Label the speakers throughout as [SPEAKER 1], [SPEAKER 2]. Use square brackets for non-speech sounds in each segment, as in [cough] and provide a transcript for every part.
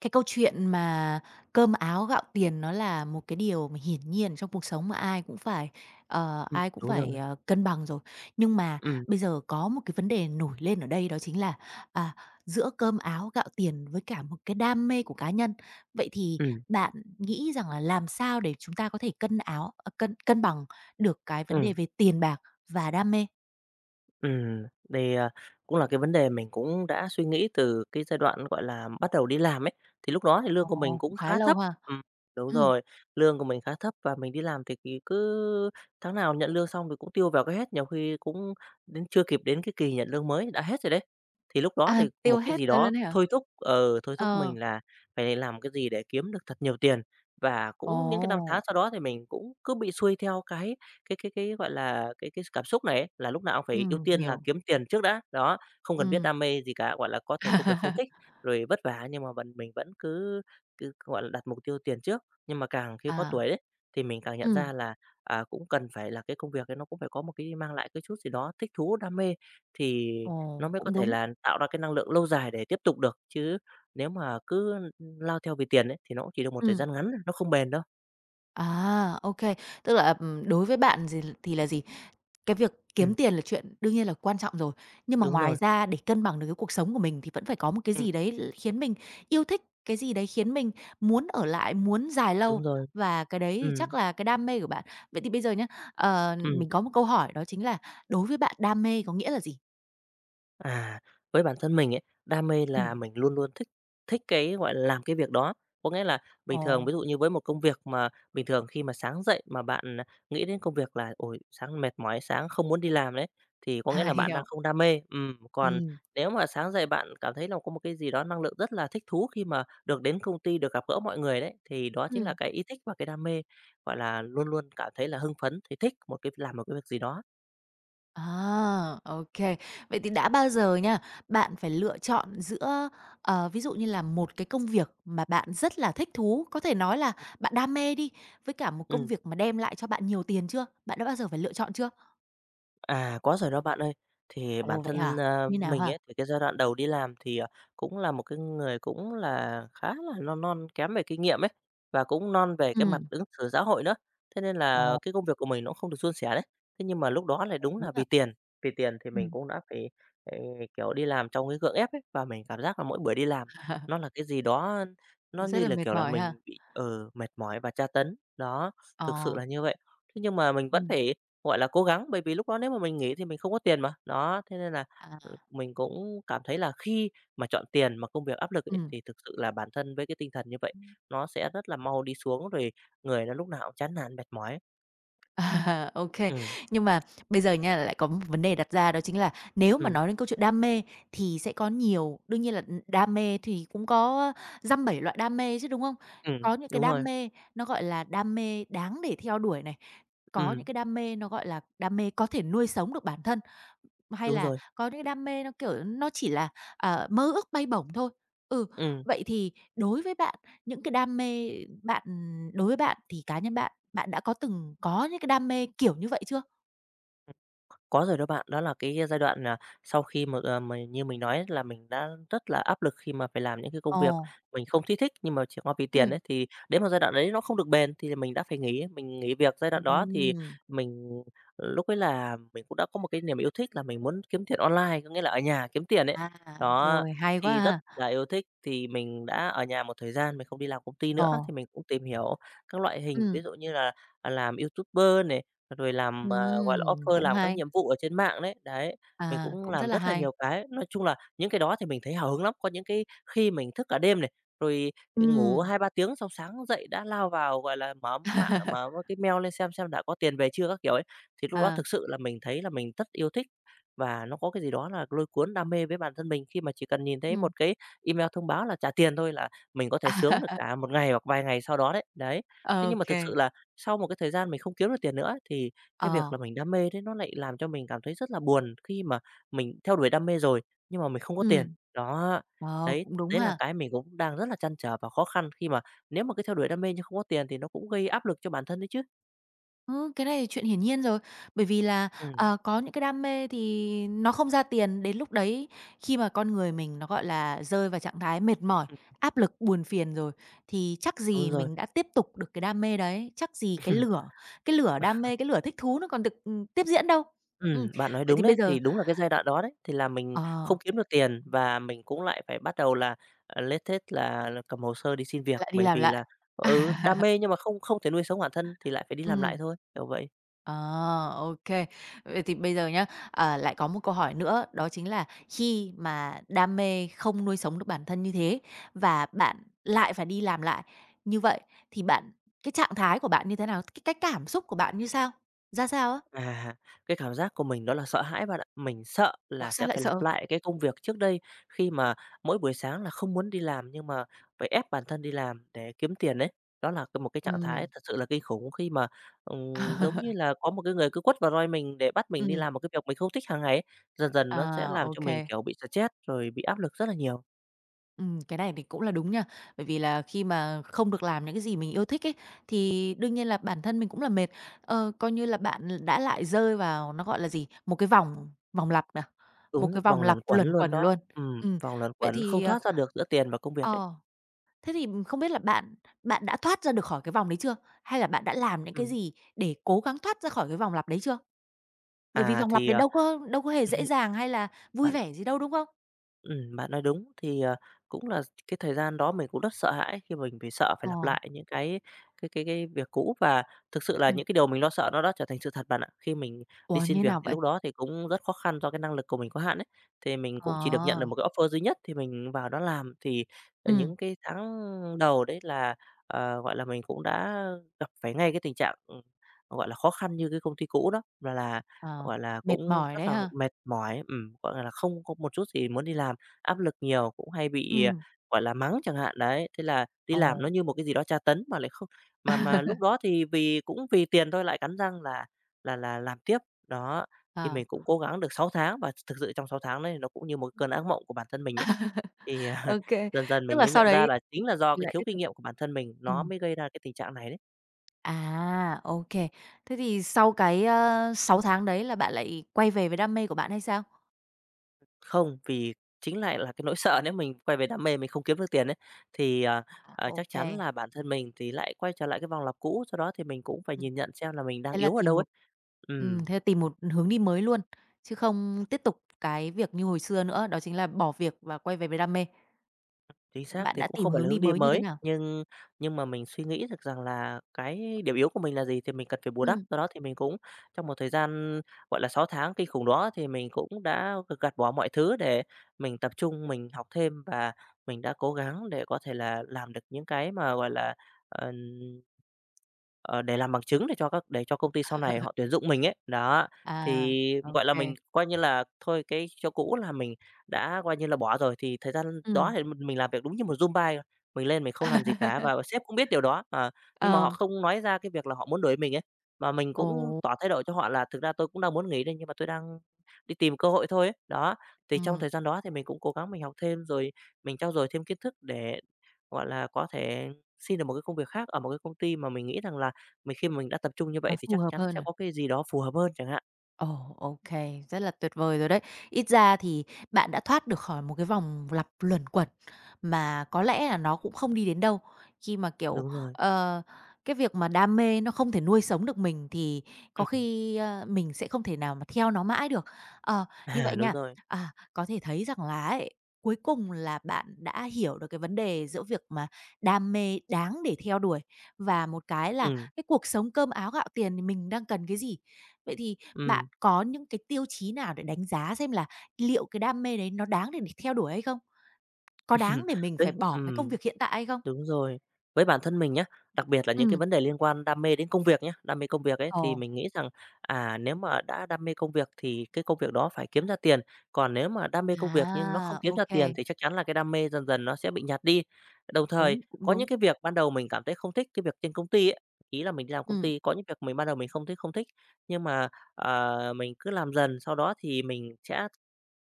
[SPEAKER 1] Cái câu chuyện mà cơm áo gạo tiền nó là một cái điều mà hiển nhiên trong cuộc sống mà ai cũng phải,
[SPEAKER 2] Đúng rồi.
[SPEAKER 1] cân bằng rồi. Nhưng mà
[SPEAKER 2] Ừm,
[SPEAKER 1] bây giờ có một cái vấn đề nổi lên ở đây đó chính là, à, giữa cơm áo gạo tiền với cả một cái đam mê của cá nhân. Vậy thì
[SPEAKER 2] ừm,
[SPEAKER 1] bạn nghĩ rằng là làm sao để chúng ta có thể cân áo ờ, cân cân bằng được cái vấn đề
[SPEAKER 2] ừm,
[SPEAKER 1] về tiền bạc và đam mê?
[SPEAKER 2] ừm. Thì, cũng là cái vấn đề mình cũng đã suy nghĩ từ cái giai đoạn, gọi là, bắt đầu đi làm ấy, thì lúc đó thì lương của
[SPEAKER 1] Ồ,
[SPEAKER 2] mình
[SPEAKER 1] cũng
[SPEAKER 2] cũng
[SPEAKER 1] khá
[SPEAKER 2] khá
[SPEAKER 1] lâu
[SPEAKER 2] thấp.
[SPEAKER 1] ha.
[SPEAKER 2] Ừm, đúng
[SPEAKER 1] Ừm,
[SPEAKER 2] rồi, lương của mình khá thấp và mình đi làm thì cứ tháng nào nhận lương xong thì cũng tiêu vào cái hết, nhiều khi cũng đến chưa kịp đến cái kỳ nhận lương mới đã hết rồi đấy. Thì lúc đó thì
[SPEAKER 1] tiêu
[SPEAKER 2] một cái
[SPEAKER 1] hết
[SPEAKER 2] gì
[SPEAKER 1] nó
[SPEAKER 2] đó
[SPEAKER 1] luôn ấy hả?
[SPEAKER 2] thôi thúc
[SPEAKER 1] Ờ,
[SPEAKER 2] mình là phải làm cái gì để kiếm được thật nhiều tiền. Và cũng những cái năm tháng
[SPEAKER 1] ồ.
[SPEAKER 2] sau đó thì mình cũng cứ bị xuôi theo cái, gọi là, cái cảm xúc này ấy, là lúc nào cũng phải ưu tiên là
[SPEAKER 1] Hiểu.
[SPEAKER 2] kiếm tiền trước đã, đó, không cần biết
[SPEAKER 1] Ừm.
[SPEAKER 2] đam mê gì cả, gọi là, có thể công việc không thích,
[SPEAKER 1] [laughs]
[SPEAKER 2] rồi vất vả nhưng mà mình vẫn cứ cứ, gọi là, đặt mục tiêu tiền trước. Nhưng mà càng khi có
[SPEAKER 1] À,
[SPEAKER 2] tuổi đấy, thì mình càng nhận
[SPEAKER 1] ừm,
[SPEAKER 2] ra là, cũng cần phải là cái công việc ấy nó cũng phải có một cái mang lại cái chút gì đó thích thú, đam mê thì
[SPEAKER 1] ồ,
[SPEAKER 2] nó mới có
[SPEAKER 1] cũng
[SPEAKER 2] thể
[SPEAKER 1] đúng.
[SPEAKER 2] là tạo ra cái năng lượng lâu dài để tiếp tục được, chứ nếu mà cứ, lao theo vì tiền ấy, thì nó cũng chỉ được một thời
[SPEAKER 1] Ừm,
[SPEAKER 2] gian ngắn, nó không bền đâu.
[SPEAKER 1] à, ok. Tức là, đối với bạn gì thì là gì? Cái việc kiếm
[SPEAKER 2] Ừm,
[SPEAKER 1] tiền là chuyện đương nhiên là quan trọng rồi, nhưng mà
[SPEAKER 2] đúng
[SPEAKER 1] ngoài
[SPEAKER 2] rồi,
[SPEAKER 1] ra để cân bằng được cái cuộc sống của mình thì vẫn phải có một cái
[SPEAKER 2] ừm,
[SPEAKER 1] gì đấy l khiến mình yêu thích, cái gì đấy khiến mình muốn ở lại, muốn dài
[SPEAKER 2] đúng
[SPEAKER 1] lâu,
[SPEAKER 2] rồi,
[SPEAKER 1] và cái đấy thì chắc
[SPEAKER 2] ừm.
[SPEAKER 1] là cái đam mê của bạn. Vậy thì bây giờ nhé,
[SPEAKER 2] Ừm,
[SPEAKER 1] mình có một câu hỏi đó chính là đối với bạn đam mê có nghĩa là gì?
[SPEAKER 2] à, với bản thân mình ấy, đam mê là
[SPEAKER 1] Ừm.
[SPEAKER 2] mình luôn luôn thích thích cái, gọi là, làm cái việc đó. Có nghĩa là bình thường
[SPEAKER 1] Ồ,
[SPEAKER 2] ví dụ như với một công việc mà bình thường khi mà sáng dậy mà bạn nghĩ đến công việc là "Ôi, sáng mệt mỏi, sáng không muốn đi làm" đấy, thì có nghĩa
[SPEAKER 1] [laughs] à,
[SPEAKER 2] là bạn đang
[SPEAKER 1] hiểu.
[SPEAKER 2] không đam mê. Còn
[SPEAKER 1] Ừm.
[SPEAKER 2] nếu mà sáng dậy bạn cảm thấy là có một cái gì đó năng lượng rất là thích thú khi mà được đến công ty, được gặp gỡ mọi người đấy, thì đó chính là
[SPEAKER 1] Ừm.
[SPEAKER 2] cái ý thích và cái đam mê, gọi là, luôn luôn cảm thấy là hưng phấn thì thích một cái làm một cái việc gì đó.
[SPEAKER 1] À, ô. Vậy thì đã bao giờ nha, bạn phải lựa chọn giữa, ờ, ví dụ như là một cái công việc mà bạn rất là thích thú, có thể nói là bạn đam mê đi, với cả một công
[SPEAKER 2] Ừm.
[SPEAKER 1] việc mà đem lại cho bạn nhiều tiền chưa? Bạn đã bao giờ phải lựa chọn chưa?
[SPEAKER 2] À, có rồi đó bạn ơi. Thì bản
[SPEAKER 1] Ồ, vậy
[SPEAKER 2] thân,
[SPEAKER 1] hả?
[SPEAKER 2] a,
[SPEAKER 1] Như nào
[SPEAKER 2] mình
[SPEAKER 1] hả?
[SPEAKER 2] ấy, thì cái giai đoạn đầu đi làm thì cũng là một cái người cũng là khá là non non kém về kinh nghiệm ấy, và cũng non về cái mặt
[SPEAKER 1] Ừ.
[SPEAKER 2] ứng xử xã hội nữa. Thế nên
[SPEAKER 1] Ồ,
[SPEAKER 2] là cái công việc của mình nó không được suôn sẻ đấy. Thế nhưng mà lúc đó lại
[SPEAKER 1] hợp
[SPEAKER 2] đúng
[SPEAKER 1] lý
[SPEAKER 2] là
[SPEAKER 1] ha.
[SPEAKER 2] vì tiền thì mình
[SPEAKER 1] Ừm.
[SPEAKER 2] cũng đã phải, ờ, kiểu, đi làm trong cái gượng ép ấy, và mình cảm giác là mỗi buổi đi làm nó là
[SPEAKER 1] [laughs]
[SPEAKER 2] cái gì đó nó
[SPEAKER 1] Rất
[SPEAKER 2] như
[SPEAKER 1] là
[SPEAKER 2] là,
[SPEAKER 1] mệt
[SPEAKER 2] kiểu là,
[SPEAKER 1] mỏi ha?
[SPEAKER 2] mình bị, mệt mỏi và tra tấn. Đó,
[SPEAKER 1] Ồ.
[SPEAKER 2] thực sự là như vậy. Thế nhưng mà mình
[SPEAKER 1] Ừ.
[SPEAKER 2] vẫn phải gọi là, cố gắng, bởi vì lúc đó nếu mà mình nghỉ thì mình không có tiền mà. Đó, thế nên là,
[SPEAKER 1] À,
[SPEAKER 2] mình cũng cảm thấy là khi mà chọn tiền mà công việc áp lực ấy,
[SPEAKER 1] ừm.
[SPEAKER 2] thì thực sự là bản thân với cái tinh thần như vậy, nó sẽ rất là mau đi xuống, rồi người nó lúc nào cũng chán nản, mệt mỏi.
[SPEAKER 1] [laughs] À, ô.
[SPEAKER 2] Ừm,
[SPEAKER 1] Nhưng mà bây giờ nha, lại có một vấn đề đặt ra đó chính là nếu mà
[SPEAKER 2] ừm,
[SPEAKER 1] nói đến câu chuyện đam mê thì sẽ có nhiều đương nhiên là, ừ, đam mê thì cũng có dăm bảy loại đam mê chứ, đúng không?
[SPEAKER 2] ừm,
[SPEAKER 1] Có những cái
[SPEAKER 2] đúng
[SPEAKER 1] đam
[SPEAKER 2] rồi,
[SPEAKER 1] mê nó, gọi là, đam mê đáng để theo đuổi này, có
[SPEAKER 2] ừm,
[SPEAKER 1] những cái đam mê nó, gọi là, đam mê có thể nuôi sống được bản thân. Hay
[SPEAKER 2] đúng
[SPEAKER 1] là
[SPEAKER 2] rồi,
[SPEAKER 1] có những đam mê nó, kiểu, nó chỉ là, ờ, mơ ước bay bổng thôi. Ừ,
[SPEAKER 2] ừm.
[SPEAKER 1] vậy thì đối với bạn, những cái đam mê bạn đối với bạn thì cá nhân bạn, bạn đã có từng có những cái đam mê kiểu như vậy chưa?
[SPEAKER 2] Có rồi đó bạn, đó là cái giai đoạn, là sau khi mà, mình như mình nói là mình đã rất là áp lực khi mà phải làm những cái công việc
[SPEAKER 1] Ồ.
[SPEAKER 2] mình không thích thích, nhưng mà chỉ có vì tiền
[SPEAKER 1] Ừm.
[SPEAKER 2] ấy, thì đến một giai đoạn đấy nó không được bền thì mình đã phải nghỉ. Mình nghỉ việc giai đoạn đó thì
[SPEAKER 1] Ừm.
[SPEAKER 2] mình lúc ấy là mình cũng đã có một cái niềm yêu thích là mình muốn kiếm tiền online, có nghĩa là ở nhà kiếm tiền ấy.
[SPEAKER 1] À,
[SPEAKER 2] Đó,
[SPEAKER 1] rồi, hay quá
[SPEAKER 2] thì rất
[SPEAKER 1] ha.
[SPEAKER 2] là yêu thích, thì mình đã ở nhà một thời gian, mình không đi làm công ty
[SPEAKER 1] Ồ.
[SPEAKER 2] nữa thì mình cũng tìm hiểu các loại hình, ví
[SPEAKER 1] Ừm.
[SPEAKER 2] dụ như là, làm YouTuber này, rồi làm, gọi là,
[SPEAKER 1] Ừm,
[SPEAKER 2] offer,
[SPEAKER 1] cũng
[SPEAKER 2] làm các
[SPEAKER 1] hay.
[SPEAKER 2] nhiệm vụ ở trên mạng đấy, đấy, mình
[SPEAKER 1] À,
[SPEAKER 2] cũng
[SPEAKER 1] cũng rất
[SPEAKER 2] làm
[SPEAKER 1] là
[SPEAKER 2] rất là
[SPEAKER 1] hay.
[SPEAKER 2] nhiều cái. Nói chung là những cái đó thì mình thấy hào hứng lắm, có những cái khi mình thức cả đêm này, rồi ngủ
[SPEAKER 1] Ừm.
[SPEAKER 2] 2-3 tiếng xong sáng dậy đã lao vào, gọi là, mở mạng, mở
[SPEAKER 1] [laughs]
[SPEAKER 2] cái mail lên xem đã có tiền về chưa các kiểu ấy. Thì lúc đó
[SPEAKER 1] À.
[SPEAKER 2] thực sự là mình thấy là mình rất yêu thích và nó có cái gì đó là lôi cuốn, đam mê với bản thân mình khi mà chỉ cần nhìn thấy
[SPEAKER 1] Ừm.
[SPEAKER 2] một cái email thông báo là trả tiền thôi là mình có thể sướng được
[SPEAKER 1] À,
[SPEAKER 2] cả một ngày hoặc vài ngày sau đó đấy, đấy.
[SPEAKER 1] Ô
[SPEAKER 2] Thế nhưng mà thực
[SPEAKER 1] kê.
[SPEAKER 2] sự là
[SPEAKER 1] [laughs]
[SPEAKER 2] sau một cái thời gian mình không kiếm được tiền nữa thì cái việc
[SPEAKER 1] Ờ.
[SPEAKER 2] là mình đam mê đấy nó lại làm cho mình cảm thấy rất là buồn khi mà mình theo đuổi đam mê rồi, nhưng mà mình không có tiền.
[SPEAKER 1] Ừm.
[SPEAKER 2] Đó,
[SPEAKER 1] Ờ,
[SPEAKER 2] đấy,
[SPEAKER 1] cũng đúng
[SPEAKER 2] đấy là
[SPEAKER 1] ha.
[SPEAKER 2] cái mình cũng đang rất là trăn trở và khó khăn khi mà nếu mà cứ theo đuổi đam mê nhưng không có tiền thì nó cũng gây áp lực cho bản thân đấy chứ.
[SPEAKER 1] Ừ, cái này thì chuyện hiển nhiên rồi. Bởi vì là,
[SPEAKER 2] Ừm,
[SPEAKER 1] ờ, có những cái đam mê thì nó không ra tiền, đến lúc đấy khi mà con người mình nó, gọi là, rơi vào trạng thái mệt mỏi,
[SPEAKER 2] ừm,
[SPEAKER 1] áp lực, buồn phiền rồi, thì chắc gì
[SPEAKER 2] đúng rồi.
[SPEAKER 1] mình đã tiếp tục được cái đam mê đấy, chắc gì cái
[SPEAKER 2] [laughs]
[SPEAKER 1] lửa cái lửa đam mê, cái lửa thích thú nó còn được, tiếp diễn đâu. Ừm,
[SPEAKER 2] Bạn nói
[SPEAKER 1] vậy thì
[SPEAKER 2] đúng
[SPEAKER 1] bây
[SPEAKER 2] đấy.
[SPEAKER 1] giờ
[SPEAKER 2] Thì đúng là cái giai đoạn đó đấy, thì là mình
[SPEAKER 1] ờ,
[SPEAKER 2] không kiếm được tiền và mình cũng lại phải bắt đầu là, lết thết là cầm hồ sơ đi xin việc,
[SPEAKER 1] lại đi
[SPEAKER 2] bởi
[SPEAKER 1] làm
[SPEAKER 2] vì
[SPEAKER 1] lại.
[SPEAKER 2] là,
[SPEAKER 1] [laughs]
[SPEAKER 2] đam mê nhưng mà không không thể nuôi sống bản thân thì lại phải đi làm lại
[SPEAKER 1] Ừm.
[SPEAKER 2] thôi, kiểu vậy.
[SPEAKER 1] À, ok. Vậy thì bây giờ nhá, ờ, lại có một câu hỏi nữa, đó chính là khi mà đam mê không nuôi sống được bản thân như thế và bạn lại phải đi làm lại như vậy, thì bạn cái trạng thái của bạn như thế nào? Cái cảm xúc của bạn như sao? Ra sao á?
[SPEAKER 2] À, cái cảm giác của mình đó là sợ hãi bạn ạ. Mình sợ
[SPEAKER 1] Ủa,
[SPEAKER 2] là
[SPEAKER 1] sao
[SPEAKER 2] sẽ
[SPEAKER 1] lại
[SPEAKER 2] phải lặp
[SPEAKER 1] sợ?
[SPEAKER 2] lại cái công việc trước đây khi mà mỗi buổi sáng là không muốn đi làm nhưng mà phải ép bản thân đi làm để kiếm tiền đấy. Đó là một cái trạng
[SPEAKER 1] Ừ.
[SPEAKER 2] thái thật sự là kinh khủng khi mà giống như
[SPEAKER 1] [laughs]
[SPEAKER 2] là có một cái người cứ quất vào roi mình để bắt mình đi
[SPEAKER 1] Ừ.
[SPEAKER 2] làm một cái việc mình không thích hàng ngày ấy. Dần dần nó sẽ
[SPEAKER 1] À,
[SPEAKER 2] làm cho
[SPEAKER 1] ok.
[SPEAKER 2] mình kiểu
[SPEAKER 1] [laughs]
[SPEAKER 2] bị stress rồi bị áp lực rất là nhiều.
[SPEAKER 1] Cái này thì cũng là đúng nha. Bởi vì là khi mà không được làm những cái gì mình yêu thích ấy, thì đương nhiên là bản thân mình cũng là mệt. Ờ, coi như là bạn đã lại rơi vào nó, gọi là gì, một cái vòng vòng lặp nè, một
[SPEAKER 2] Đúng,
[SPEAKER 1] cái vòng
[SPEAKER 2] vòng
[SPEAKER 1] lặp
[SPEAKER 2] luẩn quẩn
[SPEAKER 1] luẩn
[SPEAKER 2] luôn
[SPEAKER 1] quẩn
[SPEAKER 2] đó.
[SPEAKER 1] luôn. Ừm,
[SPEAKER 2] Vòng luẩn
[SPEAKER 1] vậy
[SPEAKER 2] quẩn
[SPEAKER 1] thì,
[SPEAKER 2] không
[SPEAKER 1] ờ.
[SPEAKER 2] thoát ra được giữa tiền và công việc ấy.
[SPEAKER 1] Ờ, thế thì không biết là bạn bạn đã thoát ra được khỏi cái vòng đấy chưa? Hay là bạn đã làm những cái
[SPEAKER 2] Ừm.
[SPEAKER 1] gì để cố gắng thoát ra khỏi cái vòng lặp đấy chưa? Bởi vì
[SPEAKER 2] À
[SPEAKER 1] vòng lặp
[SPEAKER 2] thì
[SPEAKER 1] đấy đâu có hề dễ
[SPEAKER 2] [laughs]
[SPEAKER 1] dàng hay là vui vẻ gì đâu, đúng không?
[SPEAKER 2] Bạn nói đúng. Thì, cũng là cái thời gian đó mình cũng rất sợ hãi khi mình vì sợ phải
[SPEAKER 1] Ờ,
[SPEAKER 2] lặp lại những cái việc cũ và thực sự là
[SPEAKER 1] ừm,
[SPEAKER 2] những cái điều mình lo sợ nó đã trở thành sự thật bạn ạ. Khi mình đi
[SPEAKER 1] ủa,
[SPEAKER 2] xin
[SPEAKER 1] như
[SPEAKER 2] việc
[SPEAKER 1] nào
[SPEAKER 2] thì
[SPEAKER 1] vậy?
[SPEAKER 2] lúc đó thì cũng rất khó khăn do cái năng lực của mình có hạn ấy, thì mình
[SPEAKER 1] Ờ.
[SPEAKER 2] cũng chỉ được nhận được một cái offer duy nhất thì mình vào đó làm. Thì,
[SPEAKER 1] Ừm,
[SPEAKER 2] những cái tháng đầu đấy là, gọi là, mình cũng đã gặp phải ngay cái tình trạng, gọi là, khó khăn như cái công ty cũ đó, là,
[SPEAKER 1] ờ,
[SPEAKER 2] gọi là,
[SPEAKER 1] mệt
[SPEAKER 2] cũng
[SPEAKER 1] mỏi
[SPEAKER 2] rất
[SPEAKER 1] đấy
[SPEAKER 2] là
[SPEAKER 1] ha?
[SPEAKER 2] mệt mỏi, gọi là, không có một chút gì muốn đi làm áp lực nhiều, cũng hay bị,
[SPEAKER 1] Ừm,
[SPEAKER 2] gọi là, mắng chẳng hạn, đấy. Thế là đi làm nó
[SPEAKER 1] ồ.
[SPEAKER 2] như một cái gì đó tra tấn mà lại không mà lúc
[SPEAKER 1] [laughs]
[SPEAKER 2] đó thì vì cũng vì tiền thôi lại cắn răng là làm tiếp. Đó, thì
[SPEAKER 1] Ờ,
[SPEAKER 2] mình cũng cố gắng được 6 tháng và thực sự trong 6 tháng đấy nó cũng như một cơn ác mộng của bản thân mình ấy. Thì [laughs]
[SPEAKER 1] ok,
[SPEAKER 2] dần dần
[SPEAKER 1] tức
[SPEAKER 2] mình
[SPEAKER 1] là
[SPEAKER 2] mới
[SPEAKER 1] sau
[SPEAKER 2] nhận ra
[SPEAKER 1] đấy
[SPEAKER 2] là chính là do
[SPEAKER 1] thì
[SPEAKER 2] cái
[SPEAKER 1] lại
[SPEAKER 2] thiếu
[SPEAKER 1] tiếp
[SPEAKER 2] kinh
[SPEAKER 1] tục.
[SPEAKER 2] nghiệm của bản thân mình nó
[SPEAKER 1] Ừm,
[SPEAKER 2] mới gây ra cái tình trạng này đấy.
[SPEAKER 1] à, ok. Thế thì sau cái, ơ, 6 tháng đấy là bạn lại quay về với đam mê của bạn hay sao?
[SPEAKER 2] Không, vì chính lại là cái nỗi sợ nếu mình quay về đam mê mình không kiếm được tiền ấy, thì,
[SPEAKER 1] Ô
[SPEAKER 2] chắc
[SPEAKER 1] kê,
[SPEAKER 2] chắn là bản thân mình thì lại quay trở lại cái vòng lặp cũ, do đó thì mình cũng phải
[SPEAKER 1] ừm.
[SPEAKER 2] nhìn nhận xem là mình đang
[SPEAKER 1] Thế là
[SPEAKER 2] yếu ở
[SPEAKER 1] tìm
[SPEAKER 2] đâu ấy.
[SPEAKER 1] một
[SPEAKER 2] Ừm,
[SPEAKER 1] thế là tìm một hướng đi mới luôn, chứ không tiếp tục cái việc như hồi xưa nữa, đó chính là bỏ việc và quay về với đam mê.
[SPEAKER 2] chính xác,
[SPEAKER 1] Bạn
[SPEAKER 2] thì
[SPEAKER 1] đã
[SPEAKER 2] cũng
[SPEAKER 1] tìm
[SPEAKER 2] không phải
[SPEAKER 1] hướng
[SPEAKER 2] là
[SPEAKER 1] đi
[SPEAKER 2] hướng đi
[SPEAKER 1] mới như thế
[SPEAKER 2] mới,
[SPEAKER 1] nào?
[SPEAKER 2] nhưng mà mình suy nghĩ được rằng là cái điểm yếu của mình là gì thì mình cần phải bù đắp,
[SPEAKER 1] Ừm,
[SPEAKER 2] do đó thì mình cũng trong một thời gian, gọi là, 6 tháng kinh khủng đó thì mình cũng đã gạt bỏ mọi thứ để mình tập trung mình học thêm và mình đã cố gắng để có thể là làm được những cái mà, gọi là, ờ Ờ, để làm bằng chứng để cho công ty sau này họ tuyển dụng mình ấy. Đó,
[SPEAKER 1] à,
[SPEAKER 2] thì,
[SPEAKER 1] ok
[SPEAKER 2] gọi là,
[SPEAKER 1] kê,
[SPEAKER 2] mình coi như là thôi cái chỗ cũ là mình đã coi như là bỏ rồi, thì thời gian đó
[SPEAKER 1] ừm.
[SPEAKER 2] thì mình làm việc đúng như một Zumba, mình lên mình không làm gì cả
[SPEAKER 1] [laughs]
[SPEAKER 2] và sếp cũng biết điều đó. Ờ, nhưng mà họ
[SPEAKER 1] Ờ,
[SPEAKER 2] không nói ra cái việc là họ muốn đuổi mình ấy, mà mình
[SPEAKER 1] ồ,
[SPEAKER 2] cũng tỏ thái độ cho họ là "Thực ra tôi cũng đang muốn nghỉ đây, nhưng mà tôi đang đi tìm cơ hội thôi" ấy. Đó, thì trong
[SPEAKER 1] ừm,
[SPEAKER 2] thời gian đó thì mình cũng cố gắng mình học thêm, rồi mình trau dồi thêm kiến thức để, gọi là, có thể xin được một cái công việc khác ở một cái công ty mà mình nghĩ rằng là mình khi mà mình đã tập trung như
[SPEAKER 1] nó
[SPEAKER 2] vậy thì
[SPEAKER 1] phù
[SPEAKER 2] chắc
[SPEAKER 1] hợp
[SPEAKER 2] chắn
[SPEAKER 1] hơn
[SPEAKER 2] sẽ
[SPEAKER 1] à?
[SPEAKER 2] có cái gì đó phù hợp hơn chẳng hạn.
[SPEAKER 1] Ồ, ô, rất là tuyệt vời rồi đấy. Ít ra thì bạn đã thoát được khỏi một cái vòng lặp luẩn quẩn mà có lẽ là nó cũng không đi đến đâu. Khi mà, kiểu,
[SPEAKER 2] Đúng rồi.
[SPEAKER 1] ờ, cái việc mà đam mê nó không thể nuôi sống được mình thì có
[SPEAKER 2] Ừm,
[SPEAKER 1] khi, ơ, mình sẽ không thể nào mà theo nó mãi được. Ờ, như
[SPEAKER 2] à,
[SPEAKER 1] vậy
[SPEAKER 2] đúng
[SPEAKER 1] nha,
[SPEAKER 2] rồi.
[SPEAKER 1] à, có thể thấy rằng là ấy, cuối cùng là bạn đã hiểu được cái vấn đề giữa việc mà đam mê đáng để theo đuổi và một cái là
[SPEAKER 2] Ừm,
[SPEAKER 1] cái cuộc sống cơm áo gạo tiền thì mình đang cần cái gì. Vậy thì bạn
[SPEAKER 2] ừm.
[SPEAKER 1] có những cái tiêu chí nào để đánh giá xem là liệu cái đam mê đấy nó đáng để mình theo đuổi hay không? Có đáng
[SPEAKER 2] [laughs]
[SPEAKER 1] để mình phải
[SPEAKER 2] Đấy,
[SPEAKER 1] bỏ cái công
[SPEAKER 2] ừm.
[SPEAKER 1] việc hiện tại hay không?
[SPEAKER 2] Đúng rồi. Với bản thân mình nhé, đặc biệt là những cái
[SPEAKER 1] Ừm.
[SPEAKER 2] vấn đề liên quan đam mê đến công việc nhé, đam mê công việc ấy,
[SPEAKER 1] Ồ,
[SPEAKER 2] thì mình nghĩ rằng, nếu mà đã đam mê công việc thì cái công việc đó phải kiếm ra tiền, còn nếu mà đam mê công việc nhưng nó không
[SPEAKER 1] à,
[SPEAKER 2] kiếm
[SPEAKER 1] ô
[SPEAKER 2] ra
[SPEAKER 1] kê,
[SPEAKER 2] tiền thì chắc chắn là cái đam mê dần dần nó sẽ bị nhạt đi. Đồng thời,
[SPEAKER 1] đúng, cũng
[SPEAKER 2] có những
[SPEAKER 1] đúng.
[SPEAKER 2] cái việc ban đầu mình cảm thấy không thích, cái việc trên công ty ấy, ý là mình đi làm công
[SPEAKER 1] Ừm.
[SPEAKER 2] ty, có những việc mình ban đầu mình không thấy không thích, nhưng mà, mình cứ làm dần, sau đó thì mình sẽ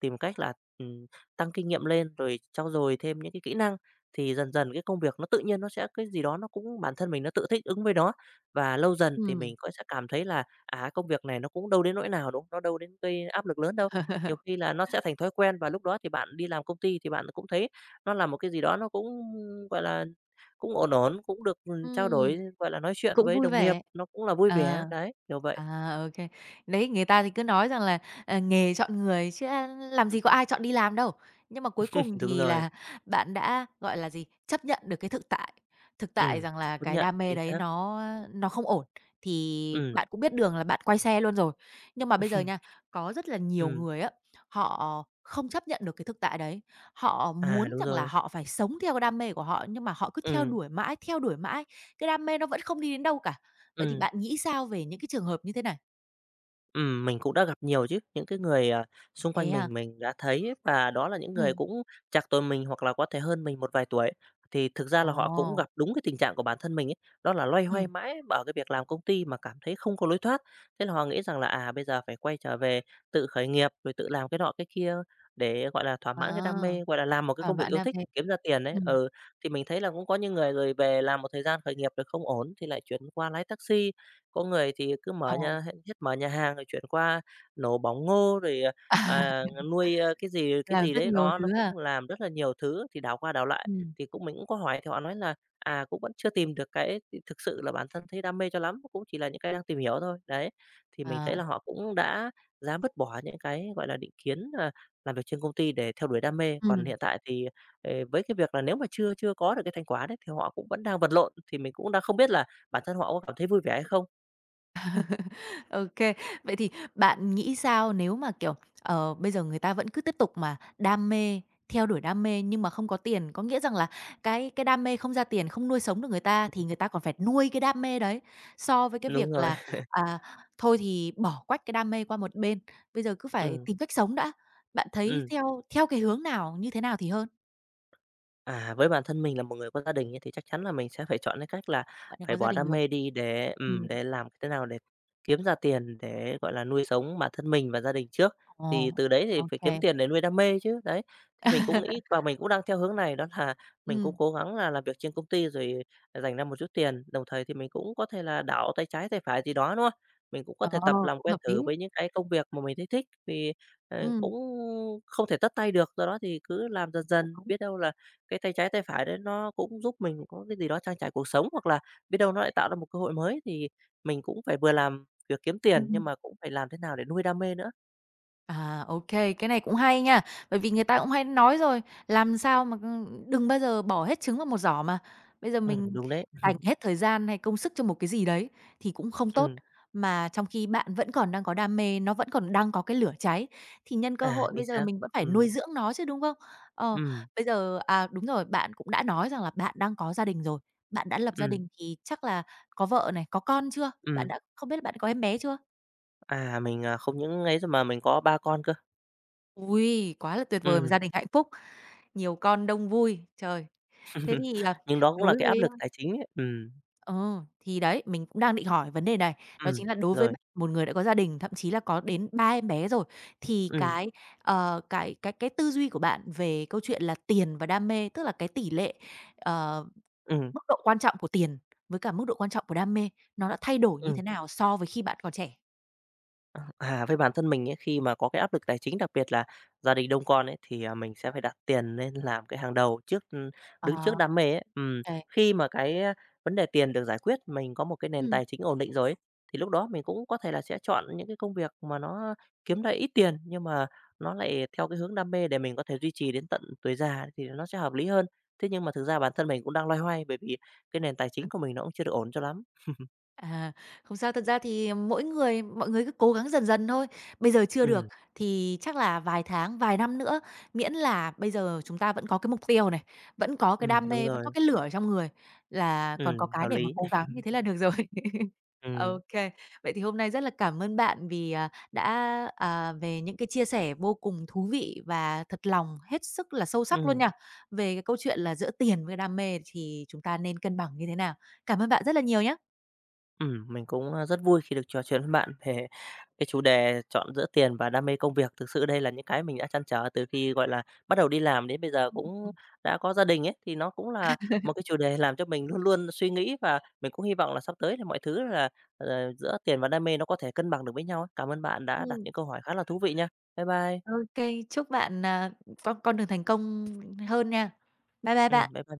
[SPEAKER 2] tìm cách là, ừm, tăng kinh nghiệm lên, rồi trau dồi thêm những cái kỹ năng, thì dần dần cái công việc nó tự nhiên nó sẽ cái gì đó nó cũng bản thân mình nó tự thích ứng với nó. Và lâu dần thì mình
[SPEAKER 1] Ừm,
[SPEAKER 2] cũng sẽ cảm thấy là, công việc này nó cũng đâu đến nỗi nào, đúng không? Nó đâu đến gây áp lực lớn đâu. Nhiều khi là nó sẽ thành thói quen và lúc đó thì bạn đi làm công ty thì bạn cũng thấy nó là một cái gì đó nó cũng, gọi là, cũng ổn ổn, cũng được, trao đổi,
[SPEAKER 1] ừm.
[SPEAKER 2] gọi là, nói chuyện
[SPEAKER 1] Cũng
[SPEAKER 2] với
[SPEAKER 1] vui
[SPEAKER 2] đồng nghiệp,
[SPEAKER 1] vẻ.
[SPEAKER 2] nó cũng là vui vẻ,
[SPEAKER 1] Ờ.
[SPEAKER 2] đấy, kiểu vậy.
[SPEAKER 1] À, ok. Đấy, người ta thì cứ nói rằng là, ờ, nghề chọn người chứ, a, làm
[SPEAKER 2] Ừm,
[SPEAKER 1] gì có ai chọn đi làm đâu. Nhưng mà cuối
[SPEAKER 2] [laughs]
[SPEAKER 1] cùng
[SPEAKER 2] đúng
[SPEAKER 1] thì
[SPEAKER 2] rồi,
[SPEAKER 1] là bạn đã, gọi là gì, chấp nhận được cái thực tại
[SPEAKER 2] ừm,
[SPEAKER 1] rằng là
[SPEAKER 2] công
[SPEAKER 1] cái
[SPEAKER 2] nhận,
[SPEAKER 1] đam mê
[SPEAKER 2] chính
[SPEAKER 1] đấy
[SPEAKER 2] xác,
[SPEAKER 1] nó không ổn, thì
[SPEAKER 2] ừm,
[SPEAKER 1] bạn cũng biết đường là bạn quay xe luôn rồi. Nhưng mà bây giờ
[SPEAKER 2] ừm.
[SPEAKER 1] nha, có rất là nhiều
[SPEAKER 2] [laughs]
[SPEAKER 1] người á, họ không chấp nhận được cái thực tại đấy. Họ
[SPEAKER 2] À,
[SPEAKER 1] muốn
[SPEAKER 2] đúng
[SPEAKER 1] rằng là
[SPEAKER 2] rồi.
[SPEAKER 1] họ phải sống theo cái đam mê của họ, nhưng mà họ cứ
[SPEAKER 2] Ừm,
[SPEAKER 1] theo đuổi mãi cái đam mê nó vẫn không đi đến đâu cả. Vậy thì
[SPEAKER 2] ừm,
[SPEAKER 1] bạn nghĩ sao về những cái trường hợp như thế này?
[SPEAKER 2] mình cũng đã gặp nhiều chứ, những cái người, xung
[SPEAKER 1] Thế
[SPEAKER 2] quanh
[SPEAKER 1] à?
[SPEAKER 2] mình đã thấy và đó là những người
[SPEAKER 1] Ừm.
[SPEAKER 2] cũng trạc tuổi mình hoặc là có thể hơn mình một vài tuổi. Thì thực ra là họ cũng gặp
[SPEAKER 1] Ồ!
[SPEAKER 2] đúng cái tình trạng của bản thân mình ấy, đó là loay hoay
[SPEAKER 1] Ừm.
[SPEAKER 2] mãi ở cái việc làm công ty mà cảm thấy không có lối thoát. Thế là họ nghĩ rằng là, bây giờ phải quay trở về tự khởi nghiệp, rồi tự làm cái nọ cái kia để, gọi là, thỏa
[SPEAKER 1] À,
[SPEAKER 2] mãn cái đam mê, gọi là, làm một cái
[SPEAKER 1] thỏa
[SPEAKER 2] công việc
[SPEAKER 1] mãn
[SPEAKER 2] yêu
[SPEAKER 1] đam
[SPEAKER 2] thích,
[SPEAKER 1] mê.
[SPEAKER 2] kiếm ra tiền đấy.
[SPEAKER 1] Ừm,
[SPEAKER 2] Ừ, thì mình thấy là cũng có những người rồi về làm một thời gian khởi nghiệp rồi không ổn thì lại chuyển qua lái taxi. Có người thì cứ
[SPEAKER 1] ờ,
[SPEAKER 2] mở nhà hết hết mở nhà hàng rồi chuyển qua nổ bóng ngô rồi, à,
[SPEAKER 1] [laughs]
[SPEAKER 2] nuôi, cái gì
[SPEAKER 1] à,
[SPEAKER 2] cái
[SPEAKER 1] làm
[SPEAKER 2] gì
[SPEAKER 1] rất
[SPEAKER 2] đấy,
[SPEAKER 1] nhiều
[SPEAKER 2] đó, nó
[SPEAKER 1] thứ ha?
[SPEAKER 2] cũng làm rất là nhiều thứ. Thì đảo qua đảo lại
[SPEAKER 1] Ừm,
[SPEAKER 2] thì cũng mình cũng có hỏi thì họ nói là, cũng vẫn chưa tìm được cái thực sự là bản thân thấy đam mê cho lắm, cũng chỉ là những cái đang tìm hiểu thôi, đấy. Thì mình thấy
[SPEAKER 1] à,
[SPEAKER 2] là họ cũng đã dám vứt bỏ những cái, gọi là, định kiến, làm việc trên công ty để theo đuổi đam mê. Còn
[SPEAKER 1] ừm.
[SPEAKER 2] hiện tại thì, với cái việc là nếu mà chưa chưa có được cái thành quả đấy thì họ cũng vẫn đang vật lộn, thì mình cũng đang không biết là bản thân họ có cảm thấy vui vẻ hay không?
[SPEAKER 1] OK. Vậy thì bạn nghĩ sao nếu mà, kiểu, ờ, bây giờ người ta vẫn cứ tiếp tục mà đam mê, theo đuổi đam mê nhưng mà không có tiền? Có nghĩa rằng là cái đam mê không ra tiền, không nuôi sống được người ta thì
[SPEAKER 2] Ừm,
[SPEAKER 1] người ta còn phải nuôi cái đam mê đấy, so với cái
[SPEAKER 2] đúng
[SPEAKER 1] việc
[SPEAKER 2] rồi.
[SPEAKER 1] là, à, thôi thì bỏ quách cái đam mê qua một bên, bây giờ cứ phải
[SPEAKER 2] Ừm,
[SPEAKER 1] tìm cách sống đã. Bạn thấy
[SPEAKER 2] ừm.
[SPEAKER 1] theo theo cái hướng nào, như thế nào thì hơn?
[SPEAKER 2] À, với bản thân mình là một người có gia đình ấy, thì chắc chắn là mình sẽ phải chọn cái cách là
[SPEAKER 1] Bạn đã
[SPEAKER 2] phải
[SPEAKER 1] có gia
[SPEAKER 2] bỏ
[SPEAKER 1] đình
[SPEAKER 2] đam
[SPEAKER 1] rồi.
[SPEAKER 2] mê đi để, ừm,
[SPEAKER 1] Ừm,
[SPEAKER 2] để làm thế nào để kiếm ra tiền để, gọi là, nuôi sống bản thân mình và gia đình trước. Thì
[SPEAKER 1] ồ,
[SPEAKER 2] từ đấy thì phải
[SPEAKER 1] OK.
[SPEAKER 2] kiếm tiền để nuôi đam mê chứ, đấy. Thì mình cũng nghĩ
[SPEAKER 1] [laughs]
[SPEAKER 2] và mình cũng đang theo hướng này, đó là mình cũng
[SPEAKER 1] Ừ.
[SPEAKER 2] cố gắng là làm việc trên công ty rồi dành ra một chút tiền, đồng thời thì mình cũng có thể là đảo tay trái tay phải gì đó, đúng không? Mình cũng có thể
[SPEAKER 1] Ờ,
[SPEAKER 2] tập làm
[SPEAKER 1] cũng
[SPEAKER 2] quen
[SPEAKER 1] hợp lý.
[SPEAKER 2] thử với những cái công việc mà mình thấy thích vì,
[SPEAKER 1] Ừ.
[SPEAKER 2] cũng không thể tất tay được, do đó thì cứ làm dần
[SPEAKER 1] Cũng
[SPEAKER 2] dần,
[SPEAKER 1] đúng.
[SPEAKER 2] biết đâu là cái tay trái tay phải đấy nó cũng giúp mình có cái gì đó trang trải cuộc sống, hoặc là biết đâu nó lại tạo ra một cơ hội mới thì mình cũng phải vừa làm việc kiếm tiền,
[SPEAKER 1] Ừm.
[SPEAKER 2] nhưng mà cũng phải làm thế nào để nuôi đam mê nữa.
[SPEAKER 1] À, ok, cái này cũng hay nha. Bởi vì người ta cũng hay nói rồi, làm sao mà, đừng bao giờ bỏ hết trứng vào một giỏ mà. Bây giờ mình
[SPEAKER 2] Đúng đấy.
[SPEAKER 1] dành hết thời gian hay công sức cho một cái gì đấy thì cũng không tốt,
[SPEAKER 2] Ừm,
[SPEAKER 1] mà trong khi bạn vẫn còn đang có đam mê, nó vẫn còn đang có cái lửa cháy, thì nhân cơ
[SPEAKER 2] à,
[SPEAKER 1] hội
[SPEAKER 2] chính
[SPEAKER 1] bây giờ
[SPEAKER 2] xác.
[SPEAKER 1] mình vẫn phải nuôi
[SPEAKER 2] Ừm,
[SPEAKER 1] dưỡng nó chứ, đúng không? Ờ,
[SPEAKER 2] ừm,
[SPEAKER 1] bây giờ à, đúng rồi, bạn cũng đã nói rằng là bạn đang có gia đình rồi, bạn đã lập gia
[SPEAKER 2] ừm,
[SPEAKER 1] đình thì chắc là có vợ này, có con chưa? Bạn
[SPEAKER 2] ừm.
[SPEAKER 1] đã không biết là bạn có em bé chưa?
[SPEAKER 2] À, mình, không những ấy rồi mà mình có ba con cơ.
[SPEAKER 1] Ôi, quá là tuyệt vời, một gia
[SPEAKER 2] Ừm,
[SPEAKER 1] đình hạnh phúc. Nhiều con đông vui, trời! Thế thì, à,
[SPEAKER 2] [laughs] nhưng đó cũng là
[SPEAKER 1] đối
[SPEAKER 2] cái áp
[SPEAKER 1] với
[SPEAKER 2] lực tài chính ấy.
[SPEAKER 1] ờ, thì đấy, mình cũng đang định hỏi vấn đề này, đó
[SPEAKER 2] Ừm,
[SPEAKER 1] chính là đối với bạn,
[SPEAKER 2] rồi,
[SPEAKER 1] một người đã có gia đình, thậm chí là có đến 3 em bé rồi, thì
[SPEAKER 2] ừm,
[SPEAKER 1] cái, ờ, cái tư duy của bạn về câu chuyện là tiền và đam mê, tức là cái tỷ lệ, ờ,
[SPEAKER 2] ừm,
[SPEAKER 1] mức độ quan trọng của tiền với cả mức độ quan trọng của đam mê, nó đã thay đổi như
[SPEAKER 2] ừm.
[SPEAKER 1] thế nào so với khi bạn còn trẻ?
[SPEAKER 2] À, với bản thân mình ấy, khi mà có cái áp lực tài chính, đặc biệt là gia đình đông con ấy, thì, mình sẽ phải đặt tiền lên làm cái hàng đầu trước,
[SPEAKER 1] Ờ.
[SPEAKER 2] đứng trước đam mê ấy. Ừm,
[SPEAKER 1] Kê.
[SPEAKER 2] khi mà cái, vấn đề tiền được giải quyết, mình có một cái nền
[SPEAKER 1] Ừm.
[SPEAKER 2] tài chính ổn định rồi ấy, thì lúc đó mình cũng có thể là sẽ chọn những cái công việc mà nó kiếm ra ít tiền, nhưng mà nó lại theo cái hướng đam mê để mình có thể duy trì đến tận tuổi già thì nó sẽ hợp lý hơn. Thế nhưng mà thực ra bản thân mình cũng đang loay hoay bởi vì cái nền tài chính của mình nó cũng chưa được ổn cho lắm. [laughs]
[SPEAKER 1] À, không sao, thật ra thì mỗi người mọi người cứ cố gắng dần dần thôi. Bây giờ chưa được
[SPEAKER 2] Ừm,
[SPEAKER 1] thì chắc là vài tháng, vài năm nữa, miễn là bây giờ chúng ta vẫn có cái mục tiêu này, vẫn có cái đam
[SPEAKER 2] đúng
[SPEAKER 1] mê, vẫn
[SPEAKER 2] rồi,
[SPEAKER 1] có cái lửa ở trong người là còn có cái
[SPEAKER 2] hợp
[SPEAKER 1] để mà
[SPEAKER 2] lý.
[SPEAKER 1] cố gắng
[SPEAKER 2] [laughs]
[SPEAKER 1] như thế là được rồi. [laughs]
[SPEAKER 2] Ừm.
[SPEAKER 1] Ok. Vậy thì hôm nay rất là cảm ơn bạn vì, à, đã, à, về những cái chia sẻ vô cùng thú vị và thật lòng, hết sức là sâu sắc luôn
[SPEAKER 2] Ừ,
[SPEAKER 1] nha, về cái câu chuyện là giữa tiền với đam mê thì chúng ta nên cân bằng như thế nào. Cảm ơn bạn rất là nhiều
[SPEAKER 2] mình cũng, rất vui khi được trò chuyện với bạn về [laughs] cái chủ đề chọn giữa tiền và đam mê công việc. Thực sự đây là những cái mình đã trăn trở từ khi, gọi là, bắt đầu đi làm đến bây giờ
[SPEAKER 1] nhá.
[SPEAKER 2] cũng đã có gia đình ấy, thì nó cũng là một cái chủ đề làm cho mình luôn luôn suy nghĩ và mình cũng hy vọng là sắp tới thì mọi thứ là, giữa tiền và đam mê nó có thể cân bằng được với nhau ấy. Cảm ơn bạn đã đặt
[SPEAKER 1] Ừm,
[SPEAKER 2] những câu hỏi khá là thú vị nha. Bye bye.
[SPEAKER 1] ô kê, chúc bạn, à, con đường thành công hơn nha. Bye bye
[SPEAKER 2] Ừ,
[SPEAKER 1] bạn.
[SPEAKER 2] bye bye.